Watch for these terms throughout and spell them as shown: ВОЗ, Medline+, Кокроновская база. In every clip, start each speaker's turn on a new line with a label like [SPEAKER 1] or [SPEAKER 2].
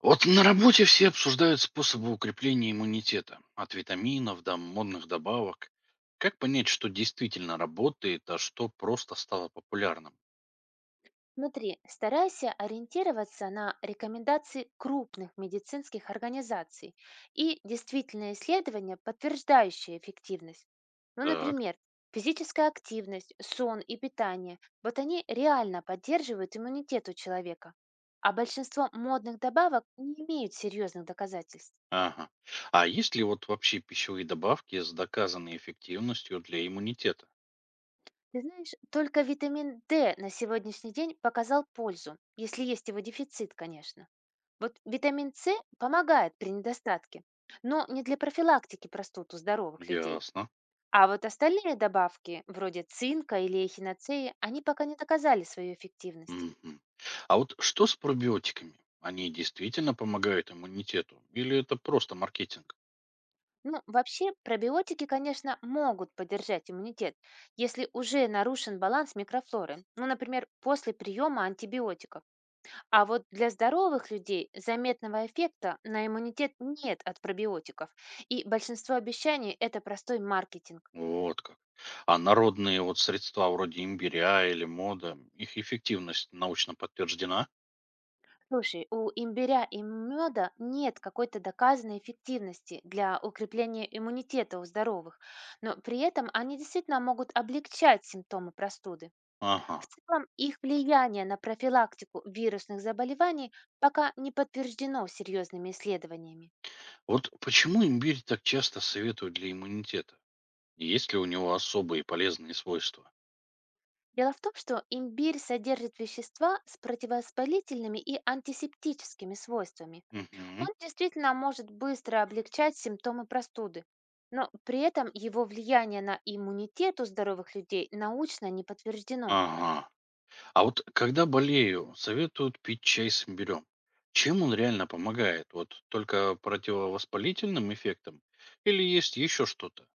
[SPEAKER 1] Вот на работе все обсуждают способы укрепления иммунитета. От витаминов до модных добавок. Как понять, что действительно работает, а что просто стало популярным?
[SPEAKER 2] Смотри, старайся ориентироваться на рекомендации крупных медицинских организаций и действительные исследования, подтверждающие эффективность. Ну,
[SPEAKER 1] Так,
[SPEAKER 2] например, физическая активность, сон и питание. Вот они реально поддерживают иммунитет у человека. А большинство модных добавок не имеют серьезных доказательств.
[SPEAKER 1] ага. А есть ли вот вообще пищевые добавки с доказанной эффективностью для иммунитета?
[SPEAKER 2] Ты знаешь, только витамин D на сегодняшний день показал пользу, если есть его дефицит, конечно. Вот витамин С помогает при недостатке, но не для профилактики простуд у здоровых людей.
[SPEAKER 1] Ясно.
[SPEAKER 2] А вот остальные добавки, вроде цинка или эхиноцеи, они пока не доказали свою эффективность.
[SPEAKER 1] Мгм. А вот что с пробиотиками? Они действительно помогают иммунитету? Или это просто маркетинг?
[SPEAKER 2] Ну, вообще, пробиотики, конечно, могут поддержать иммунитет, если уже нарушен баланс микрофлоры, ну, например, после приема антибиотиков. А вот для здоровых людей заметного эффекта на иммунитет нет от пробиотиков, и большинство обещаний– это простой маркетинг.
[SPEAKER 1] Вот как. А народные вот средства вроде имбиря или мода, их эффективность научно подтверждена?
[SPEAKER 2] Слушай, у имбиря и меда нет какой-то доказанной эффективности для укрепления иммунитета у здоровых, но при этом они действительно могут облегчать симптомы простуды.
[SPEAKER 1] Ага.
[SPEAKER 2] В целом, их влияние на профилактику вирусных заболеваний пока не подтверждено серьезными исследованиями.
[SPEAKER 1] Вот почему имбирь так часто советуют для иммунитета? Есть ли у него особые полезные свойства?
[SPEAKER 2] Дело в том, что имбирь содержит вещества с противовоспалительными и антисептическими свойствами. Он
[SPEAKER 1] Мгм.
[SPEAKER 2] действительно может быстро облегчать симптомы простуды, но при этом его влияние на иммунитет у здоровых людей научно не подтверждено.
[SPEAKER 1] Ага. А вот когда болею, советуют пить чай с имбирем. Чем он реально помогает? Вот только противовоспалительным эффектом? Или есть еще что-то?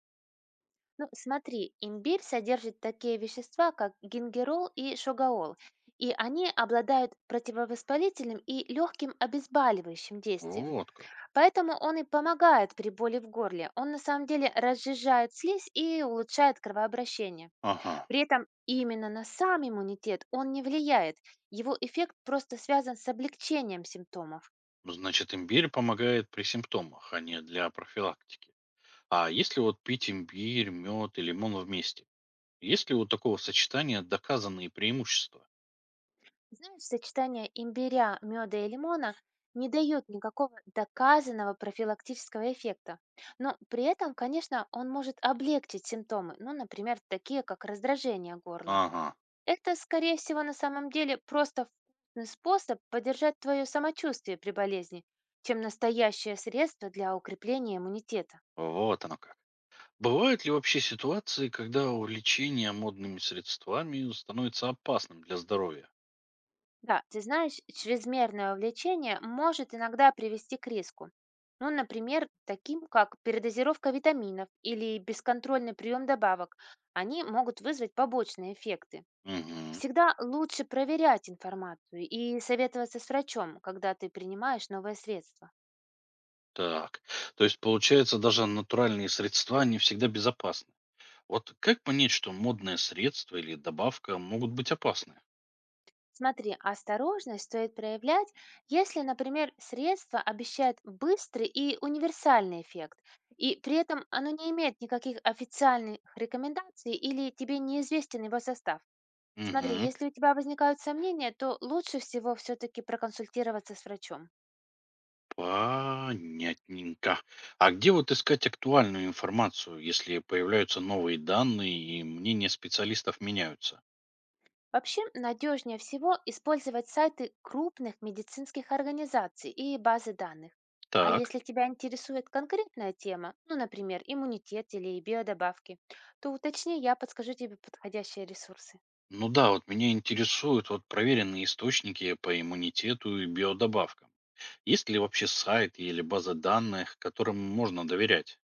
[SPEAKER 2] Ну, смотри, имбирь содержит такие вещества, как гингерол и шогаол, и они обладают противовоспалительным и легким обезболивающим действием.
[SPEAKER 1] Вот как.
[SPEAKER 2] Поэтому он и помогает при боли в горле. Он на самом деле разжижает слизь и улучшает кровообращение.
[SPEAKER 1] Ага.
[SPEAKER 2] При этом именно на сам иммунитет он не влияет. Его эффект просто связан с облегчением симптомов.
[SPEAKER 1] Значит, имбирь помогает при симптомах, а не для профилактики. А если вот пить имбирь, мед и лимон вместе? Есть ли у такого сочетания доказанные преимущества?
[SPEAKER 2] Знаешь, сочетание имбиря, меда и лимона не дает никакого доказанного профилактического эффекта. Но при этом, конечно, он может облегчить симптомы, ну, например, такие как раздражение горла.
[SPEAKER 1] Ага,
[SPEAKER 2] Это, скорее всего, на самом деле просто вкусный способ поддержать твое самочувствие при болезни, чем настоящее средство для укрепления иммунитета.
[SPEAKER 1] вот оно как. Бывают ли вообще ситуации, когда увлечение модными средствами становится опасным для здоровья?
[SPEAKER 2] Да, ты знаешь, чрезмерное увлечение может иногда привести к риску. Ну, например, таким как передозировка витаминов или бесконтрольный прием добавок. Они могут вызвать побочные эффекты.
[SPEAKER 1] Угу,
[SPEAKER 2] Всегда лучше проверять информацию и советоваться с врачом, когда ты принимаешь новое средство.
[SPEAKER 1] так. То есть, получается, даже натуральные средства не всегда безопасны. Вот как понять, что модное средство или добавка могут быть опасны?
[SPEAKER 2] Смотри, осторожность стоит проявлять, если, например, средство обещает быстрый и универсальный эффект, и при этом оно не имеет никаких официальных рекомендаций или тебе неизвестен его состав. Смотри,
[SPEAKER 1] Угу.
[SPEAKER 2] если у тебя возникают сомнения, то лучше всего все-таки проконсультироваться с врачом.
[SPEAKER 1] Понятненько. А где вот искать актуальную информацию, если появляются новые данные и мнения специалистов меняются?
[SPEAKER 2] Вообще, надежнее всего использовать сайты крупных медицинских организаций и базы данных. А
[SPEAKER 1] Так.
[SPEAKER 2] если тебя интересует конкретная тема, ну, например, иммунитет или биодобавки, то уточни, я подскажу тебе подходящие ресурсы.
[SPEAKER 1] Ну да, вот меня интересуют вот проверенные источники по иммунитету и биодобавкам. Есть ли вообще сайт или база данных, которым можно доверять?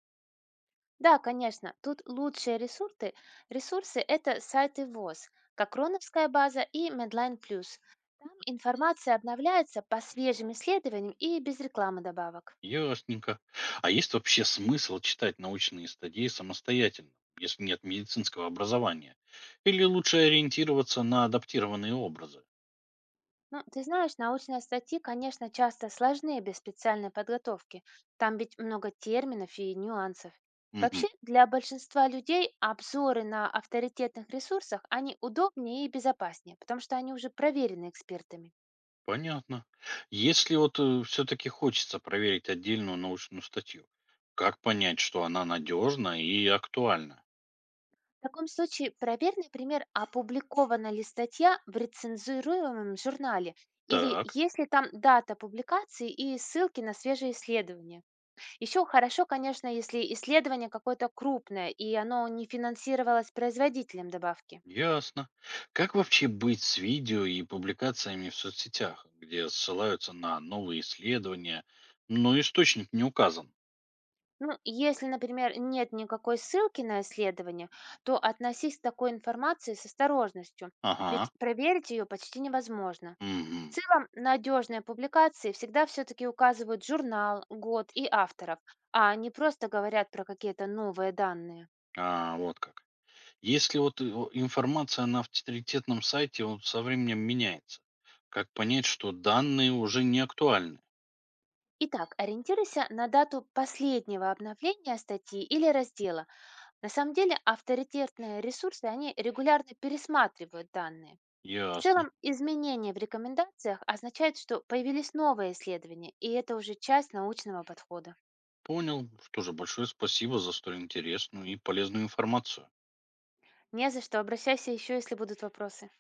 [SPEAKER 2] Да, конечно, тут лучшие ресурсы– это сайты ВОЗ, Кокроновская база и Medline+. Plus. Там информация обновляется по свежим исследованиям и без рекламы добавок.
[SPEAKER 1] Ясненько. А есть вообще смысл читать научные статьи самостоятельно, если нет медицинского образования? Или лучше ориентироваться на адаптированные образы?
[SPEAKER 2] Ну, ты знаешь, научные статьи, конечно, часто сложнее без специальной подготовки. Там ведь много терминов и нюансов.
[SPEAKER 1] Мгм.
[SPEAKER 2] Вообще, для большинства людей обзоры на авторитетных ресурсах, они удобнее и безопаснее, потому что они уже проверены экспертами.
[SPEAKER 1] Понятно. Если вот все-таки хочется проверить отдельную научную статью, как понять, что она надежна и актуальна?
[SPEAKER 2] В таком случае проверь, например, опубликована ли статья в рецензируемом журнале или
[SPEAKER 1] Так,
[SPEAKER 2] есть ли там дата публикации и ссылки на свежие исследования. Еще хорошо, конечно, если исследование какое-то крупное, и оно не финансировалось производителем добавки.
[SPEAKER 1] ясно. Как вообще быть с видео и публикациями в соцсетях, где ссылаются на новые исследования, но источник не указан?
[SPEAKER 2] Ну, если, например, нет никакой ссылки на исследование, то относись к такой информации с осторожностью,
[SPEAKER 1] Ага,
[SPEAKER 2] ведь проверить ее почти невозможно. В
[SPEAKER 1] мгм.
[SPEAKER 2] целом, надежные публикации всегда все-таки указывают журнал, год и авторов, а не просто говорят про какие-то новые данные.
[SPEAKER 1] А, вот как. Если вот информация на авторитетном сайте вот со временем меняется, как понять, что данные уже не актуальны?
[SPEAKER 2] Итак, ориентируйся на дату последнего обновления статьи или раздела. На самом деле авторитетные ресурсы, они регулярно пересматривают данные. В
[SPEAKER 1] Ясно.
[SPEAKER 2] целом, изменения в рекомендациях означают, что появились новые исследования, и это уже часть научного подхода.
[SPEAKER 1] Понял. Что же, большое спасибо за столь интересную и полезную информацию.
[SPEAKER 2] Не за что, обращайся еще, если будут вопросы.